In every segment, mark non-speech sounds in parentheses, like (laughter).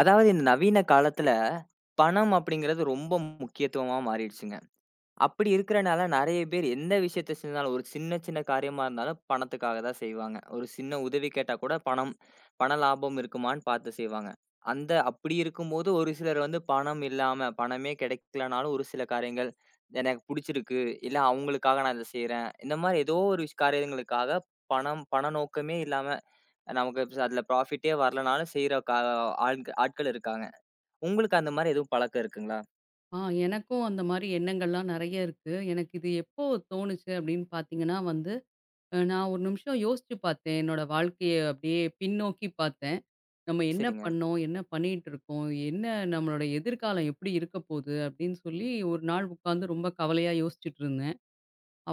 அதாவது இந்த நவீன காலத்துல, பணம் அப்படிங்கிறது ரொம்ப முக்கியத்துவமா மாறிடுச்சுங்க. அப்படி இருக்கிறனால நெறைய பேர் எந்த விஷயத்த செஞ்சாலும், ஒரு சின்ன சின்ன காரியமா இருந்தாலும் பணத்துக்காக தான் செய்வாங்க. ஒரு சின்ன உதவி கேட்டா கூட பணம் பண லாபம் இருக்குமான்னு பார்த்து செய்வாங்க. அப்படி இருக்கும்போது ஒரு சிலர் வந்து பணம் இல்லாம, பணமே கிடைக்கலனாலும் ஒரு சில காரியங்கள், எனக்கு புடிச்சிருக்கு, இல்ல அவங்களுக்காக நான் இத செய்றேன். இந்த மாரி ஏதோ ஒரு காரியங்களுக்காக பணம் பண நோக்கமே இல்லாம, நமக்கு அதுல ப்ராஃபிட்டே வரலனாலும் செய்ற கா ஆள்க ஆட்கள் இருக்காங்க. உங்களுக்கு அந்த மாரி எதுவும் பழக்கம் இருக்குங்களா? எனக்கும் அந்த மாரி எண்ணங்கள்லாம் நெறைய இருக்கு. எனக்கு இது எப்போ தோணுச்சு அப்படின்னு பார்த்தீங்கன்னா வந்து, நான் ஒரு நிமிஷம் யோசிச்சு பார்த்தேன். என்னோட வாழ்க்கைய அப்படியே பின்னோக்கி பார்த்தேன். நம்ம என்ன சரிங்க, பண்ணோம்? என்ன பண்ணிட்டு இருக்கோம்? என்ன நம்மளோட எதிர்காலம் எப்படி இருக்க போது? அப்படின்னு சொல்லி ஒரு நாள் உட்காந்து ரொம்ப கவலையா யோசிச்சுட்டு இருந்தேன்.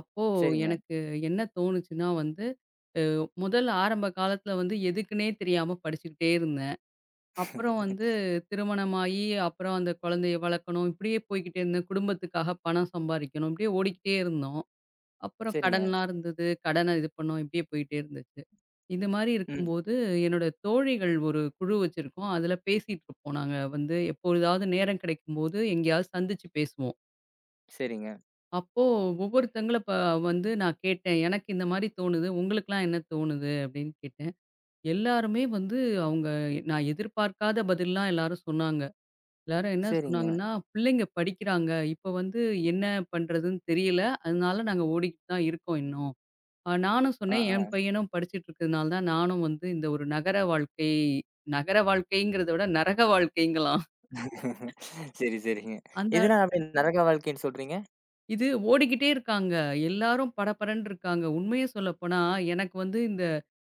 அப்போ சரிங்க, எனக்கு என்ன தோணுச்சுன்னா வந்து, முதல்ல ஆரம்ப காலத்துல வந்து எதுக்குன்னே தெரியாம படிச்சுக்கிட்டே இருந்தேன். அப்புறம் வந்து திருமணமாகி, அப்புறம் அந்த குழந்தைய வளர்க்கணும். இப்படியே போய்க்கிட்டே இருந்தேன். குடும்பத்துக்காக பணம் சம்பாரிக்கணும். இப்படியே ஓடிக்கிட்டே இருந்தோம். அப்புறம் சரிங்க. (laughs) கடன்லாம் இருந்தது. கடன இது பண்ணோம். இப்படியே போயிட்டே இருந்துச்சு. இந்த மாரி ம். இருக்கும்போது, என்னோட தோழிகள் ஒரு குழு வச்சிருக்கோம். அதில பேசிட்டு இருப்போம். நாங்க வந்து எப்பொழுதாவது நேரம் கிடைக்கும்போது, எங்கேயாவது சந்திச்சு பேசுவோம். சரிங்க, அப்போ ஒவ்வொருத்தங்கள ப வந்து நான் கேட்டேன். "எனக்கு இந்த மாரி தோணுது. உங்களுக்கெல்லாம் என்ன தோணுது?" அப்படின்னு கேட்டேன். எல்லாருமே வந்து அவங்க நான் எதிர்பார்க்காத பதில்லாம் எல்லாரும் சொன்னாங்க. எல்லாரும் என்ன சரிங்க. சொன்னாங்கன்னா, "பிள்ளைங்க படிக்கிறாங்க. இப்ப வந்து என்ன பண்றதுன்னு தெரியல. அதனால நாங்க ஓடிக்கிட்டு தான் இருக்கோம் இன்னும்." நானும் ஆ, சொன்னேன், ஆ. "என் பையனும் படிச்சுட்டு இருக்கிறதுனால தான் நானும் வந்து இந்த ஒரு நகர வாழ்க்கைங்கிறத விட நரக வாழ்க்கைங்கலாம். (laughs) சரி, சரிங்க. அந்த எதனால அப்படி நரக வாழ்க்கைன்னு சொல்றீங்க? இது ஓடிக்கிட்டே இருக்காங்க. எல்லாரும் படபடன்னு இருக்காங்க." உண்மைய சொல்லப்போனா, எனக்கு வந்து இந்த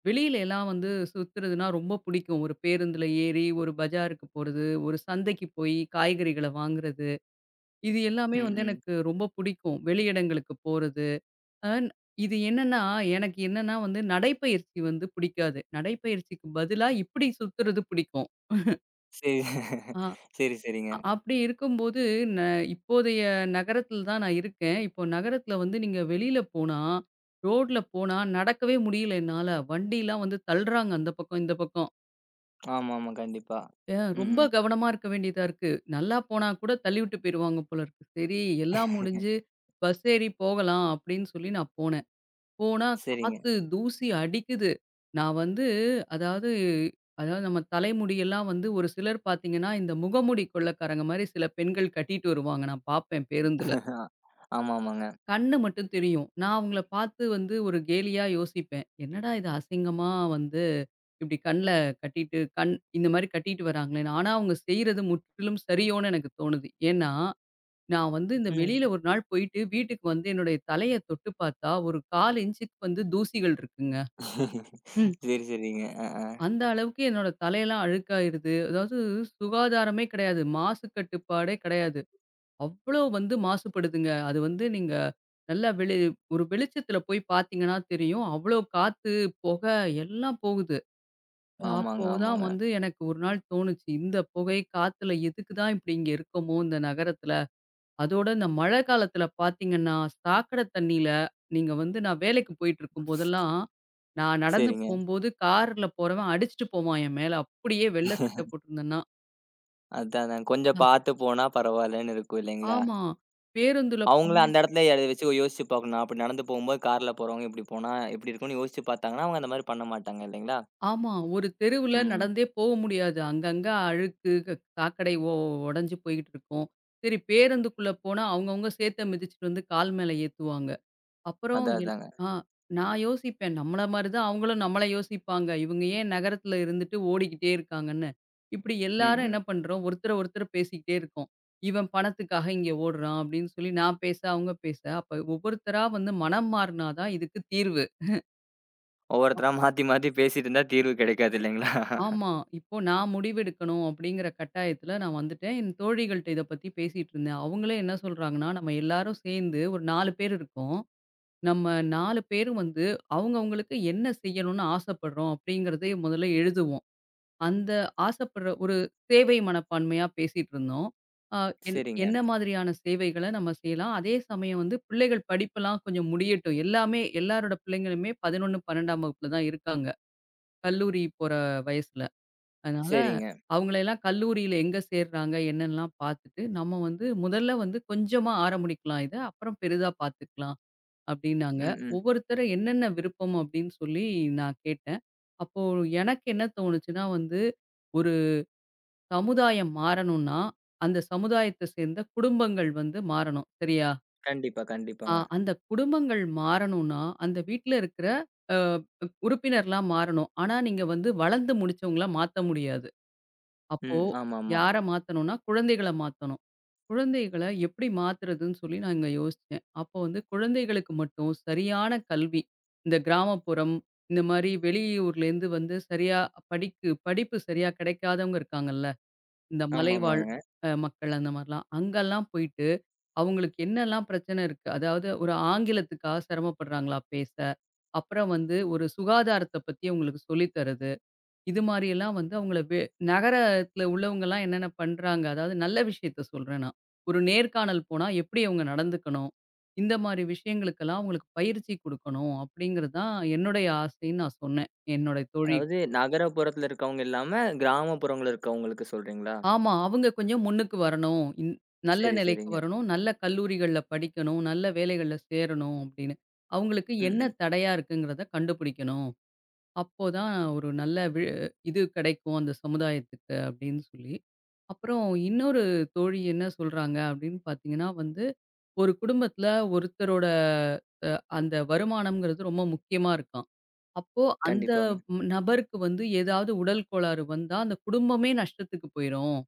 வெளியில எல்லாம் வந்து சுத்துறதுன்னா ரொம்ப பிடிக்கும். ஒரு பேருந்துல ஏறி, ஒரு பஜாருக்கு போறது, ஒரு சந்தைக்கு போய் காய்கறிகள வாங்குறது. இது எல்லாமே ம், வந்து ம். எனக்கு ரொம்ப பிடிக்கும். வெளியிடங்களுக்கு போறது. அன் இது என்னன்னா, எனக்கு என்னன்னா வந்து நடைப்பயிற்சி வந்து பிடிக்காது. நடைப்பயிற்சிக்கு பதிலா இப்படி சுத்துறது பிடிக்கும். சரி, (laughs) ஆ சரி, சரிங்க. அப்படி இருக்கும்போது, ந இப்போதைய நகரத்தில தான் நான் இருக்கேன். இப்போ நகரத்தில வந்து நீங்க வெளியில போனா, ரோட்ல போனா நடக்கவே முடியல என்னால. வண்டிலாம் வந்து தள்ளுறாங்க அந்த பக்கம், இந்த பக்கம். ஆமா, ஆமா. கண்டிப்பா. ம், ரொம்ப ம். கவனமா இருக்க வேண்டியதா இருக்கு. நல்லா போனா கூட தள்ளிவிட்டு போயிருவாங்க போல இருக்கு. சரி, எல்லாம் முடிஞ்சு (laughs) பஸ் ஏறி போகலாம் அப்படின்னு சொல்லி நான் போனேன். போனா சரிங்க. காத்து, தூசி அடிக்குது. நான் வந்து அதாவது அதாவது நம்ம தலைமுடியெல்லாம் வந்து ஒரு சிலர் பார்த்தீங்கன்னா, இந்த முகமூடி கொள்ளைக்காரங்க மாரி சில பெண்கள் கட்டிட்டு வருவாங்க. நான் பார்ப்பேன் பேருந்துல. ஆமா, ஆமாங்க. கண்ணு மட்டும் தெரியும். நான் அவங்கள பார்த்து வந்து ஒரு கேலியா யோசிப்பேன். என்னடா இது அசிங்கமா வந்து இப்படி கண்ல கட்டிட்டு கண் இந்த மாரி கட்டிட்டு வராங்களேன்னு. ஆனா அவங்க செய்றது முற்றிலும் சரியோன்னு எனக்கு தோணுது. ஏன்னா, நான் வந்து இந்த ம். வெளியில ஒரு நாள் போயிட்டு வீட்டுக்கு வந்து என்னுடைய தலைய தொட்டு பார்த்தா, ஒரு 4 இன்ச்சுக்கு வந்து தூசிகள் இருக்குங்க. ம். சரி, சரிங்க. அ, அ. அந்த அளவுக்கு என்னோட தலையெல்லாம் அழுக்காயிருது. அதாவது சுகாதாரமே கிடையாது. மாசு கட்டுப்பாடே கிடையாது. அவ்வளோ வந்து மாசுபடுதுங்க. அது வந்து நீங்க நல்லா வெளி ஒரு வெளிச்சத்தில போய் பார்த்தீங்கன்னா தெரியும். அவ்வளோ காத்து, புகை எல்லாம் போகுது. அப்போ ஆமாங்க, தான் ஆமாங்க. வந்து எனக்கு ஒரு நாள் தோணுச்சு. இந்த புகை, காத்துல எதுக்கு தான் இப்படி இங்க இருக்கோமோ இந்த நகரத்துல? அதோட இந்த மழை காலத்துல பார்த்தீங்கன்னா, சாக்கடை தண்ணீல நீங்க வந்து நான் வேலைக்கு போயிட்டுருக்கும் போதெல்லாம், நான் நடந்து சரிங்க. போம்போது கார்ல போறவன் அடிச்சுட்டு போவான் என் மேல. அப்படியே வெள்ள சட்டை (laughs) போட்டிருந்தேன்னா. அதான், அதான். ஆ கொஞ்சம் பாத்து போனா பரவாயில்லன்னு இருக்கும் இல்லைங்களா? ஆமா. பேருந்துல போ அவங்களும் அந்த இடத்துல எத வச்சு யோசிச்சு பார்க்கணும். அப்படி நடந்து போகும்போது கார்ல போறவங்க இப்படி போனா எப்படி இருக்கும்னு யோசிச்சு பார்த்தாங்கன்னா, அவங்க அந்த மாரி பண்ண மாட்டாங்க இல்லைங்களா? ஆமா. ஒரு தெருவுல ம். ம். நடந்தே போ முடியாது. அங்கங்க அழுக்கு க சாக்கடை ஒடஞ்சு போய்கிட்டு இருக்கும். சரி, பேருந்துக்குள்ள போனா அவங்கவங்க சேத்த மிதிச்சுட்டு வந்து கால் மேல ஏத்துவாங்க. அப்புறம் அதான் எல் அதாங்க. ஆ நான் யோசிப்பேன். நம்மள மாரி தான் அவங்களும் நம்மள யோசிப்பாங்க. இவங்க ஏன் நகரத்துல இருந்துட்டு ஓடிக்கிட்டே இருக்காங்கன்னு. இப்படி ம், எல்லாரும் ம். என்ன பண்றோம், ஒருத்தர ஒருத்தர் பேசிக்கிட்டே இருக்கோம். இவன் பணத்துக்காக இங்க ஓடுறான் அப்படின்னு சொல்லி நான் பேச, அவங்க பேச. அப்ப ஒவ்வொருத்தரா வந்து மனம் மாறுனா தான் இதுக்கு தீர்வு. ஒவ்வொருத்தரா மாத்தி மாத்தி பேசிட்டு இருந்தா தீர்வு கிடைக்காது இல்லைங்களா? ஆமா. இப்போ நான் முடிவெடுக்கணும் அப்படிங்கிற கட்டாயத்துல நான் வந்துட்டேன். என் தோழிகள்ட்ட இத பத்தி பேசிட்டு இருந்தேன். அவங்களே என்ன சொல்றாங்கன்னா, நம்ம எல்லாரும் சேர்ந்து ஒரு 4 பேர் இருக்கோம். நம்ம 4 பேரும் வந்து அவங்கவங்களுக்கு என்ன செய்யணும்னு ஆசைப்படுறோம் அப்படிங்கிறதை முதல்ல எழுதுவோம். அந்த ஆசைப்படுற ஒரு சேவை மனப்பான்மையா பேசிட்டு இருந்தோம். அ என் சரிங்க, என்ன மாதிரியான சேவைகள நம்ம செய்யலாம்? அதே சமயம் வந்து பிள்ளைகள் படிப்பெல்லாம் கொஞ்சம் முடியட்டும். எல்லாமே எல்லாரோட பிள்ளைங்களுமே 11, 12ஆம் வகுப்புல தான் இருக்காங்க. கல்லூரி போற வயசுல. அதனால சரிங்க. அவங்களெல்லாம் கல்லூரியில எங்க சேர்றாங்க? என்னன்லாம் பார்த்துட்டு, நம்ம வந்து முதல்ல வந்து கொஞ்சமா ஆரம்பிக்கலாம் இத. அப்புறம் பெரிதா பார்த்துக்கலாம் அப்டின்னாங்க. ம், ம். ஒவ்வொருத்தர என்னென்ன விருப்பம் அப்டின்னு சொல்லி நான் கேட்டேன். அப்போ எனக்கு என்ன தோணுச்சுன்னா வந்து, ஒரு சமுதாயம் மாறணும்னா, அந்த சமுதாயத்த சேர்ந்த குடும்பங்கள் வந்து மாறணும். சரியா? கண்டிப்பா, கண்டிப்பாங்க. அந்த குடும்பங்கள் மாறணும்னா, அந்த வீட்ல இருக்கிற அ உறுப்பினர்லாம் மாறணும். ஆனா, நீங்க வந்து வளர்ந்து முடிச்சவங்கள மாத்த முடியாது. அப்போ ம். ஆமாமா. யார மாத்தணும்னா, குழந்தைகள மாத்தணும். குழந்தைகள எப்படி மாத்துறதுன்னு சொல்லி நான் இங்க யோசிச்சேன். அப்போ வந்து குழந்தைகளுக்கு மட்டும் சரியான கல்வி, இந்த கிராமப்புறம், இந்த மாரி வெளியூர்லேருந்து வந்து சரியா படிப்பு சரியா கிடைக்காதவங்க இருக்காங்கல்ல. இந்த மலைவாழ் ஆமாமாங்க. மக்கள் அந்த மாரிலாம். அங்கலாம் போயிட்டு அவங்களுக்கு என்னலாம் பிரச்சனை இருக்கு? அதாவது ஒரு ஆங்கிலத்துக்கா சிரமப்படுறாங்களா பேச? அப்புறம் வந்து ஒரு சுகாதாரத்த பத்தி அவங்களுக்கு சொல்லி தர்றது. இது மாரியெல்லாம் வந்து அவங்கள வே நகரத்தில உள்ளவங்கலாம் என்னென்ன பண்றாங்க? அதாவது நல்ல விஷயத்த சொல்றேன் நான். ஒரு நேர்காணல் போனா எப்படி அவங்க நடந்துக்கணும்? இந்த மாரி விஷயங்களுக்கெல்லாம் அவங்களுக்கு பயிற்சி குடுக்கணும். அப்படிங்கிறது தான் என்னுடைய ஆசைன்னு நான் சொன்னேன். என்னுடைய தோழி அதாவது நகரப்புறத்துல இருக்கவங்க இல்லாம, கிராமப்புறங்கள்ல இருக்கவங்களுக்கு சொல்றீங்களா? ஆமா. அவங்க கொஞ்சம் முன்னுக்கு வரணும். நல்ல சரி, நிலைக்கு சரிங்க. வரணும். நல்ல கல்லூரிகள்ல படிக்கணும். நல்ல வேலைகள்ல சேரணும் அப்படின்னு. அவங்களுக்கு ம், என்ன ம். தடையா இருக்குங்கிறத கண்டுபிடிக்கணும். அப்போ தான் ஒரு நல்ல வி இது கிடைக்கும் அந்த சமுதாயத்துக்கு அப்படின்னு சொல்லி. அப்புறம் இன்னொரு தோழி என்ன சொல்றாங்க அப்படின்னு பார்த்தீங்கன்னா வந்து, ஒரு குடும்பத்தில ஒருத்தரோட அ அந்த வருமானம்ங்கிறது ரொம்ப முக்கியமா இருக்காம். அப்போ அந்த கண்டிப்பாங்க. நபருக்கு வந்து ஏதாவது உடல் கோளாறு வந்தா, அந்த குடும்பமே நஷ்டத்துக்கு போயிரும்.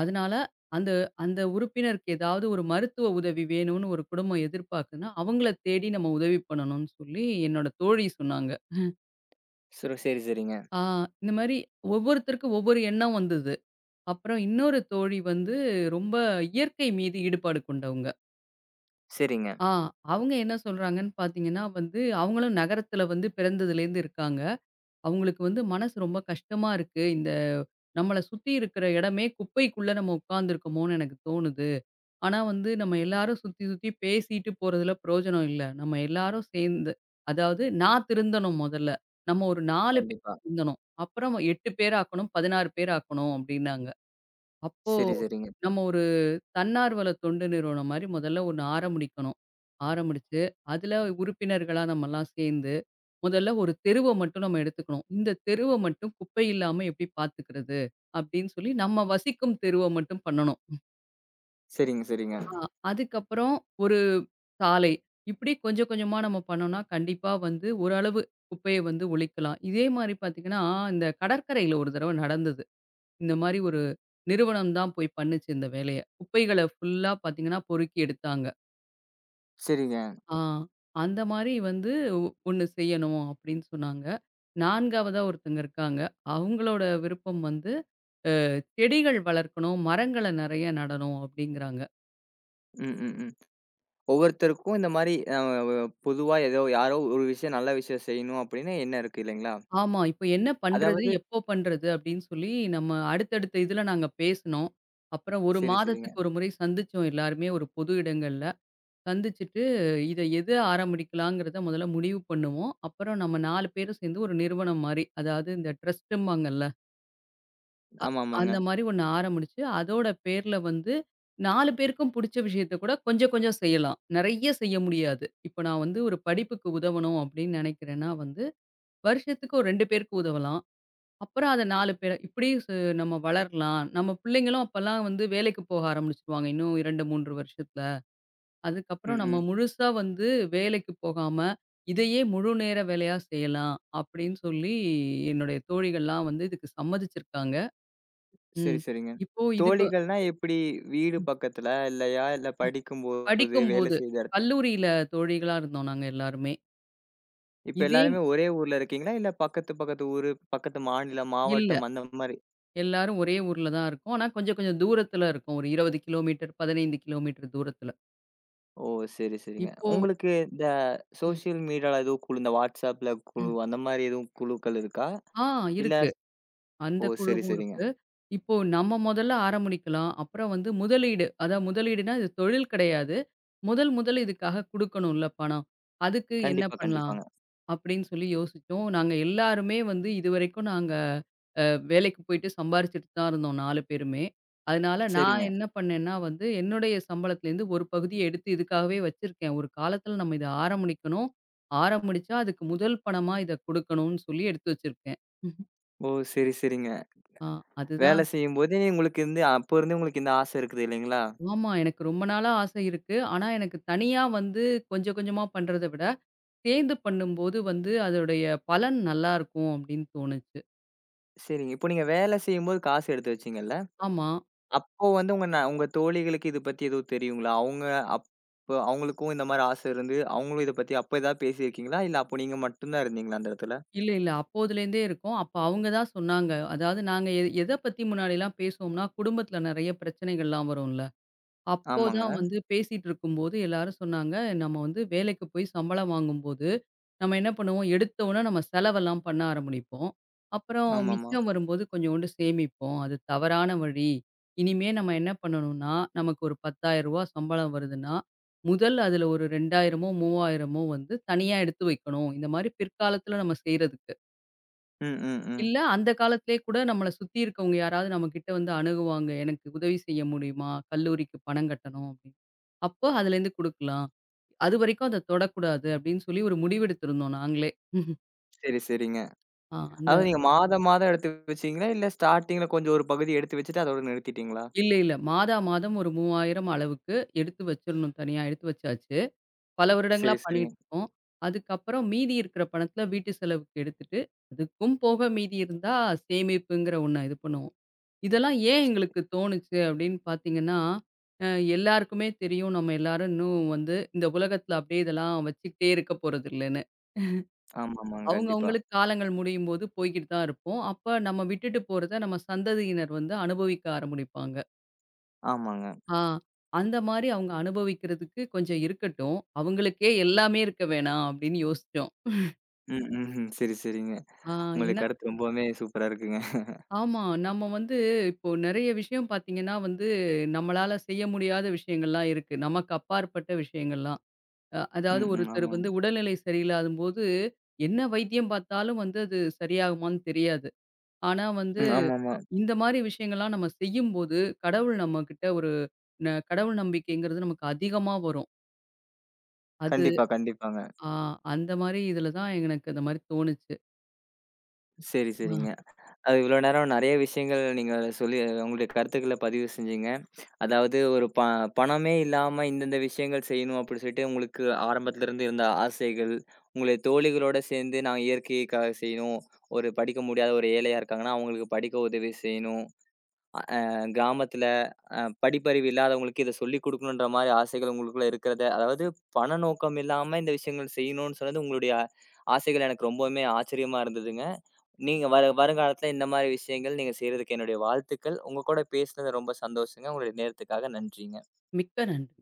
அதனால அந்த அந்த உறுப்பினருக்கு ஏதாவது ஒரு மருத்துவ உதவி வேணும்னு ஒரு குடும்பம் எதிர்பார்க்குதுன்னா, அவங்கள தேடி நம்ம உதவி பண்ணணும்னு சொல்லி என்னோட தோழி சொன்னாங்க. சரி, சரி, சரிங்க. ஆ இந்த மாரி ஒவ்வொருத்தருக்கு ஒவ்வொரு எண்ணம் வந்தது. அப்புறம் இன்னொரு தோழி வந்து ரொம்ப இயற்கை மீது ஈடுபாடு கொண்டவங்க. சரிங்க. ஆ அவங்க என்ன சொல்றாங்கன்னு பார்த்தீங்கன்னா வந்து, அவங்களும் நகரத்தில வந்து பிறந்ததுலேருந்து இருக்காங்க. அவங்களுக்கு வந்து மனசு ரொம்ப கஷ்டமா இருக்கு. இந்த நம்மள சுத்தி இருக்கிற இடமே குப்பைக்குள்ள நம்ம உட்காந்துருக்கோமோன்னு எனக்கு தோணுது. ஆனா வந்து நம்ம எல்லாரும் சுத்தி சுத்தி பேசிட்டு போறதுல பிரயோஜனம் இல்ல. நம்ம எல்லாரும் சேர்ந்து அதாவது நான் திருந்தணும் முதல்ல. நம்ம ஒரு 4 பேர் கண்டிப்பா. திருந்தணும். அப்புறம் 8 பேர் ஆக்கணும், 16 பேர் ஆக்கணும் அப்படின்னாங்க. அப்போ சரி, சரிங்க. நம்ம ஒரு தன்னார்வல தொண்டு நிறுவனம் மாரி முதல்ல ஒண்ணு ஆரம்பிக்கணும். ஆரம்பிச்சு, அதுல உறுப்பினர்களா நம்மலாம் சேர்ந்து, முதல்ல ஒரு தெருவ மட்டும் நம்ம எடுத்துக்கணும். இந்த தெருவ மட்டும் குப்பை இல்லாம எப்படி பார்த்துக்கிறது? அப்படின்னு சொல்லி நம்ம வசிக்கும் தெருவ மட்டும் பண்ணணும். சரிங்க, சரிங்க. ஆ அதுக்கப்புறம் ஒரு சாலை. இப்படி கொஞ்சம் கொஞ்சமா நம்ம பண்ணோம்னா, கண்டிப்பா வந்து ஓரளவு குப்பைய வந்து ஒழிக்கலாம். இதே மாரி பார்த்தீங்கன்னா, இந்த கடற்கரையில ஒரு தடவ நடந்தது. இந்த மாரி ஒரு நிறுவனம் தான் போய் பண்ணுச்சு இந்த வேலைய. குப்பைகள ஃபுல்லா பார்த்தீங்கன்னா, பொறுக்கி எடுத்தாங்க. சரிங்க. ஆ அந்த மாரி வந்து ஒ ஒண்ணு செய்யணும் அப்படின்னு சொன்னாங்க. 4வதா ஒருத்தங்க இருக்காங்க. அவங்களோட விருப்பம் வந்து செடிகள் வளர்க்கணும், மரங்கள நெறைய நடணும் அப்படிங்கிறாங்க. ம், ம், ம். ஒவ்வொருத்தருக்கும் இந்த மாரி அ வ பொதுவா ஏதோ யாரோ ஒரு விஷயம் நல்ல விஷயம் செய்யணும் அப்படின்னு எண்ணம் இருக்கு இல்லைங்களா? ஆமா. இப்ப என்ன பண்றது? அதாவது எப்போ பண்றது? அப்படின்னு சொல்லி நம்ம அடுத்தடுத்த இதுல நாங்க பேசுனோம். அப்புறம் 1 சரி, சரிங்க. மாதத்துக்கு ஒரு முறை சந்திச்சோம் எல்லாருமே ஒரு பொது இடங்கள்ல. சந்திச்சுட்டு இத எது ஆரம்பிக்கலாங்கிறத முதல்ல முடிவு பண்ணுவோம். அப்புறம் நம்ம 4 பேரும் சேர்ந்து ஒரு நிறுவனம் மாரி, அதாவது இந்த ட்ரஸ்ட்டும்பாங்கல்ல. அ ஆமா, ஆமாங்க. அந்த மாரி ஒண்ணு ஆரம்பிச்சு, அதோட பேர்ல வந்து 4 பேருக்கும் புடிச்ச விஷயத்த கூட கொஞ்சம் கொஞ்சம் செய்யலாம். நெறைய செய்ய முடியாது. இப்ப நான் வந்து ஒரு படிப்புக்கு உதவணும் அப்படின்னு நெனைக்கிறேன்னா வந்து, வருஷத்துக்கு ஒரு 2 பேருக்கு உதவலாம். அப்புறம் அத 4 பேர் இப்படி சு நம்ம வளரலாம். நம்ம பிள்ளைங்களும் அப்பலாம் வந்து வேலைக்கு போக ஆரம்பிச்சுருவாங்க. இன்னும் 2, 3 வருஷத்துல. ம், அதுக்கப்புறம் நம்ம ம். முழுசா வந்து வேலைக்கு போகாம, இதையே முழு நேர வேலையா செய்யலாம். அப்படின்னு சொல்லி என்னுடைய தோழிகள்லாம் வந்து இதுக்கு சம்மதிச்சிருக்காங்க. ம். சரி, சரிங்க. இப்போ இதுக்கு தோழிகள்னா எப்படி? வீடு பக்கத்துல இல்லையா? இல்ல படிக்கும்போது, வேலை படிக்கும்போது, செய்த இடத் கல்லூரியில தோழிகளா இருந்தோம் நாங்க எல்லாருமே. இப்ப இதே எல்லாருமே ஒரே ஊர்ல இருக்கீங்களா? இல்ல பக்கத்து பக்கத்து ஊரு, பக்கத்து மாநிலம், இல்ல. மாவட்டம் அந்த மாரி? எல்லாரும் ஒரே ஊர்ல தான் இருக்கோம். ஆனா கொஞ்சம் கொஞ்சம் தூரத்துல இருக்கோம். ஒரு 20 கிலோமீட்டர், 15 கிலோமீட்டர் தூரத்துல. ஓ! சரி, சரிங்க. இப்போ உங்களுக்கு இந்த ம், சோசியல் மீடியால எதுவும் குழு இந்த WhatsAppல குழு ம். அந்த மாரி எதுவும் குழுக்கள் இருக்கா? ஆ இல்ல இருக்கு. அந்த ஓ! சரி, குழுவும் சரிங்க. இருக்கு. இப்போ நம்ம முதல்ல ஆரம்பிக்கலாம். அப்புறம் வந்து முதலீடு, அதான் முதலீடுனா இது தொழில் கிடையாது. முதல் முதல் இதுக்காக குடுக்கணும்ல பணம். அதுக்கு என்ன கண்டிப்பா, பண்ணலாம்? கண்டிப்பாங்க. அப்படின்னு சொல்லி யோசிச்சோம். நாங்க எல்லாருமே வந்து இதுவரைக்கும் நாங்க அ வேலைக்கு போயிட்டு சம்பாரிச்சுட்டு தான் இருந்தோம் 4 பேருமே. அதனால நான் சரிங்க. என்ன பண்ணேன்னா வந்து என்னுடைய சம்பளத்திலேருந்து ஒரு பகுதிய எடுத்து இதுக்காகவே வச்சிருக்கேன். ஒரு காலத்தில நம்ம இத ஆரம்பிக்கணும். ஆரம்பிச்சா அதுக்கு முதல் பணமா இத குடுக்கணும்னு சொல்லி எடுத்து வச்சிருக்கேன். ஓ! சரி, சரிங்க. ஆ வேலை அதுதான். செய்யும்போதே உங்களுக்கு இருந்து அப்போ இருந்தே உங்களுக்கு இந்த ஆசை இருக்குது இல்லைங்களா? ஆமா. எனக்கு ரொம்ப நாளா ஆசை இருக்கு. ஆனா, எனக்கு தனியா வந்து கொஞ்சம் கொஞ்சமா பண்றத விட, சேர்ந்து பண்ணும்போது வந்து அதோடைய பலன் நல்லாருக்கும் அப்படின்னு தோணுச்சு. சரிங்க. இப்போ நீங்க வேலை செய்யும்போது காசு எடுத்து வச்சீங்கல்ல? ஆமா. அப்போ வந்து உங்க தோழிகளுக்கு இது பத்தி எதுவும் தெரியுங்களா? அவங்க அப்போ அவங்களுக்கும் இந்த மாரி ஆசை இருந்து, அவங்களும் இத பத்தி அப்ப ஏதாவது பேசியிருக்கீங்களா? இல்ல அப்போ நீங்க மட்டும் தான் இருந்தீங்களா அந்த இடத்துல? இல்ல, இல்ல. அப்போதுலேருந்தே இருக்கோம். அப்ப அவங்க தான் சொன்னாங்க. அதாவது நாங்க எத பத்தி முன்னாடிலாம் பேசுவோம்னா, குடும்பத்தில நெறைய பிரச்சனைகள்லாம் வரும்ல. அப்போ தான் ஆமாங்க. வந்து பேசிட்டு இருக்கும்போது எல்லாரும் சொன்னாங்க, "நம்ம வந்து வேலைக்கு போய் சம்பளம் வாங்கும்போது, நம்ம என்ன பண்ணுவோம், எடுத்த உடனே நம்ம செலவெல்லாம் பண்ண ஆரம்பிப்போம். அப்புறம் ஆமாமா. மிச்சம் வரும்போது கொஞ்சோண்டு சேமிப்போம். அது தவறான வழி. இனிமே நம்ம என்ன பண்ணணும்னா, நமக்கு ஒரு ரூ. 10,000 சம்பளம் வருதுன்னா, முதல் அதுல ஒரு 2,000மோ, 3,000மோ வந்து தனியா எடுத்து வைக்கணும். இந்த மாரி பிற்காலத்துல நம்ம செய்றதுக்கு. ம், ம், ம். இல்ல அந்த காலத்திலேயே கூட நம்மள சுத்தி இருக்கவங்க யாராவது நம்மகிட்ட வந்து அணுகுவாங்க. எனக்கு உதவி செய்ய முடியுமா? கல்லூரிக்கு பணம் கட்டணும்." அப்போ அதுலேருந்து குடுக்கலாம். அதுவரைக்கும் அத தொடக்கூடாது அப்படின்னு சொல்லி ஒரு முடிவெடுத்திருந்தோம் நாங்களே. சரி, சரிங்க. ஆ அந்த அதாவது நீங்க மாதம், மாதம் எடுத்து வச்சீங்களா? இல்ல ஸ்டார்ட்டிங்ல கொஞ்சம் ஒரு பகுதி எடுத்து வச்சுட்டு அதோட நிறுத்திட்டீங்களா? இல்ல, இல்ல. மாதா மாதம் ஒரு 3,000 அளவுக்கு எடுத்து வச்சிரணும். தனியா எடுத்து வச்சாச்சு. பல வருடங்களா சரி, சரிங்க. பண்ணிட்டு இருக்கோம். அதுக்கப்புறம் மீதி இருக்கிற பணத்துல வீட்டு செலவுக்கு எடுத்துட்டு, அதுக்கும் போக மீதி இருந்தா சேமிப்புங்கிற ஒண்ண இது பண்ணுவோம். இதெல்லாம் ஏன் எங்களுக்கு தோணுச்சு அப்படின்னு பார்த்தீங்கன்னா, அ எல்லாருக்குமே தெரியும் நம்ம எல்லாரும் இன்னும் வந்து இந்த உலகத்துல அப்படியே இதெல்லாம் வச்சுக்கிட்டே இருக்க போறதில்லன்னு. ஆமாமாங்க. அவங்க கண்டிப்பா. அவங்களுக்கு காலங்கள் முடியும்போது போய்க்கிட்டு தான் இருப்போம். அப்ப நம்ம விட்டுட்டு போறத நம்ம சந்ததியினர் வந்து அனுபவிக்க ஆரம்பிப்பாங்க. ஆமாங்க. ஆ அந்த மாரி அவங்க அனுபவிக்கிறதுக்கு கொஞ்சம் இருக்கட்டும். அவங்களுக்கே எல்லாமே இருக்க வேணாம் அப்படின்னு யோசிச்சோம். ம், ம். சரி, சரிங்க. ஆ உங்களுடைய ஏன்னா கருத்து ரொம்பவுமே சூப்பரா இருக்குங்க. ஆமா. நம்ம வந்து இப்போ நெறைய விஷயம் பார்த்தீங்கன்னா வந்து, நம்மளால செய்ய முடியாத விஷயங்கள்லாம் இருக்கு. நமக்கு அப்பாற்பட்ட விஷயங்கள்லாம். அதாவது ம், ம். ஒருத்தர் வந்து ஆமாங்க. உடல்நிலை சரியில்லாதம்போது, என்ன வைத்தியம் பார்த்தாலும் வந்து அது சரியாகுமான்னு தெரியாது. ஆனா வந்து ம். ஆமாமா. இந்த மாரி விஷயங்கள்லாம் நம்ம செய்யும்போது, கடவுள் நம்மகிட்ட ஒரு கடவுள் நம்பிக்கைங்கிறது நமக்கு அதிகமா வரும். அது கண்டிப்பா, கண்டிப்பாங்க. ஆ அந்த மாரி இதில தான் எனக்கு அந்த மாரி தோணுச்சு. சரி, ஆ சரிங்க. அது இவ்வளோ நேரம் நெறைய விஷயங்கள் நீங்க சொல்லி உங்களுடைய கருத்துக்கள பதிவு செஞ்சீங்க. அதாவது ஒரு ப பணமே இல்லாம இந்தந்த விஷயங்கள் செய்யணும் அப்டி சொல்லிட்டு உங்களுக்கு ஆரம்பத்துல இருந்து இருந்த ஆசைகள், உங்களுடைய தோழிகளோட சேர்ந்து நான் இயற்கைக்காக செய்யணும். ஒரு படிக்க முடியாத ஒரு ஏழையா இருக்காங்கன்னா, அவங்களுக்கு படிக்க உதவி செய்யணும். அ கிராமத்துல படிப்பறிவு இல்லாதவங்களுக்கு இத சொல்லிக் குடுக்கணுன்ற மாரி ஆசைகள் உங்களுக்குள்ள இருக்கிறத, அதாவது பண நோக்கம் இல்லாம இந்த விஷயங்கள் செய்யணும்னு சொன்னது உங்களுடைய ஆசைகள் எனக்கு ரொம்பவுமே ஆச்சரியமா இருந்ததுங்க. நீங்க வருங்காலத்துல இந்த மாரி விஷயங்கள் நீங்க செய்றதுக்கு என்னுடைய வாழ்த்துக்கள். உங்க கூட பேசினது ரொம்ப சந்தோஷங்க. உங்களுடைய நேரத்துக்காக நன்றிங்க. மிக்க நன்றி.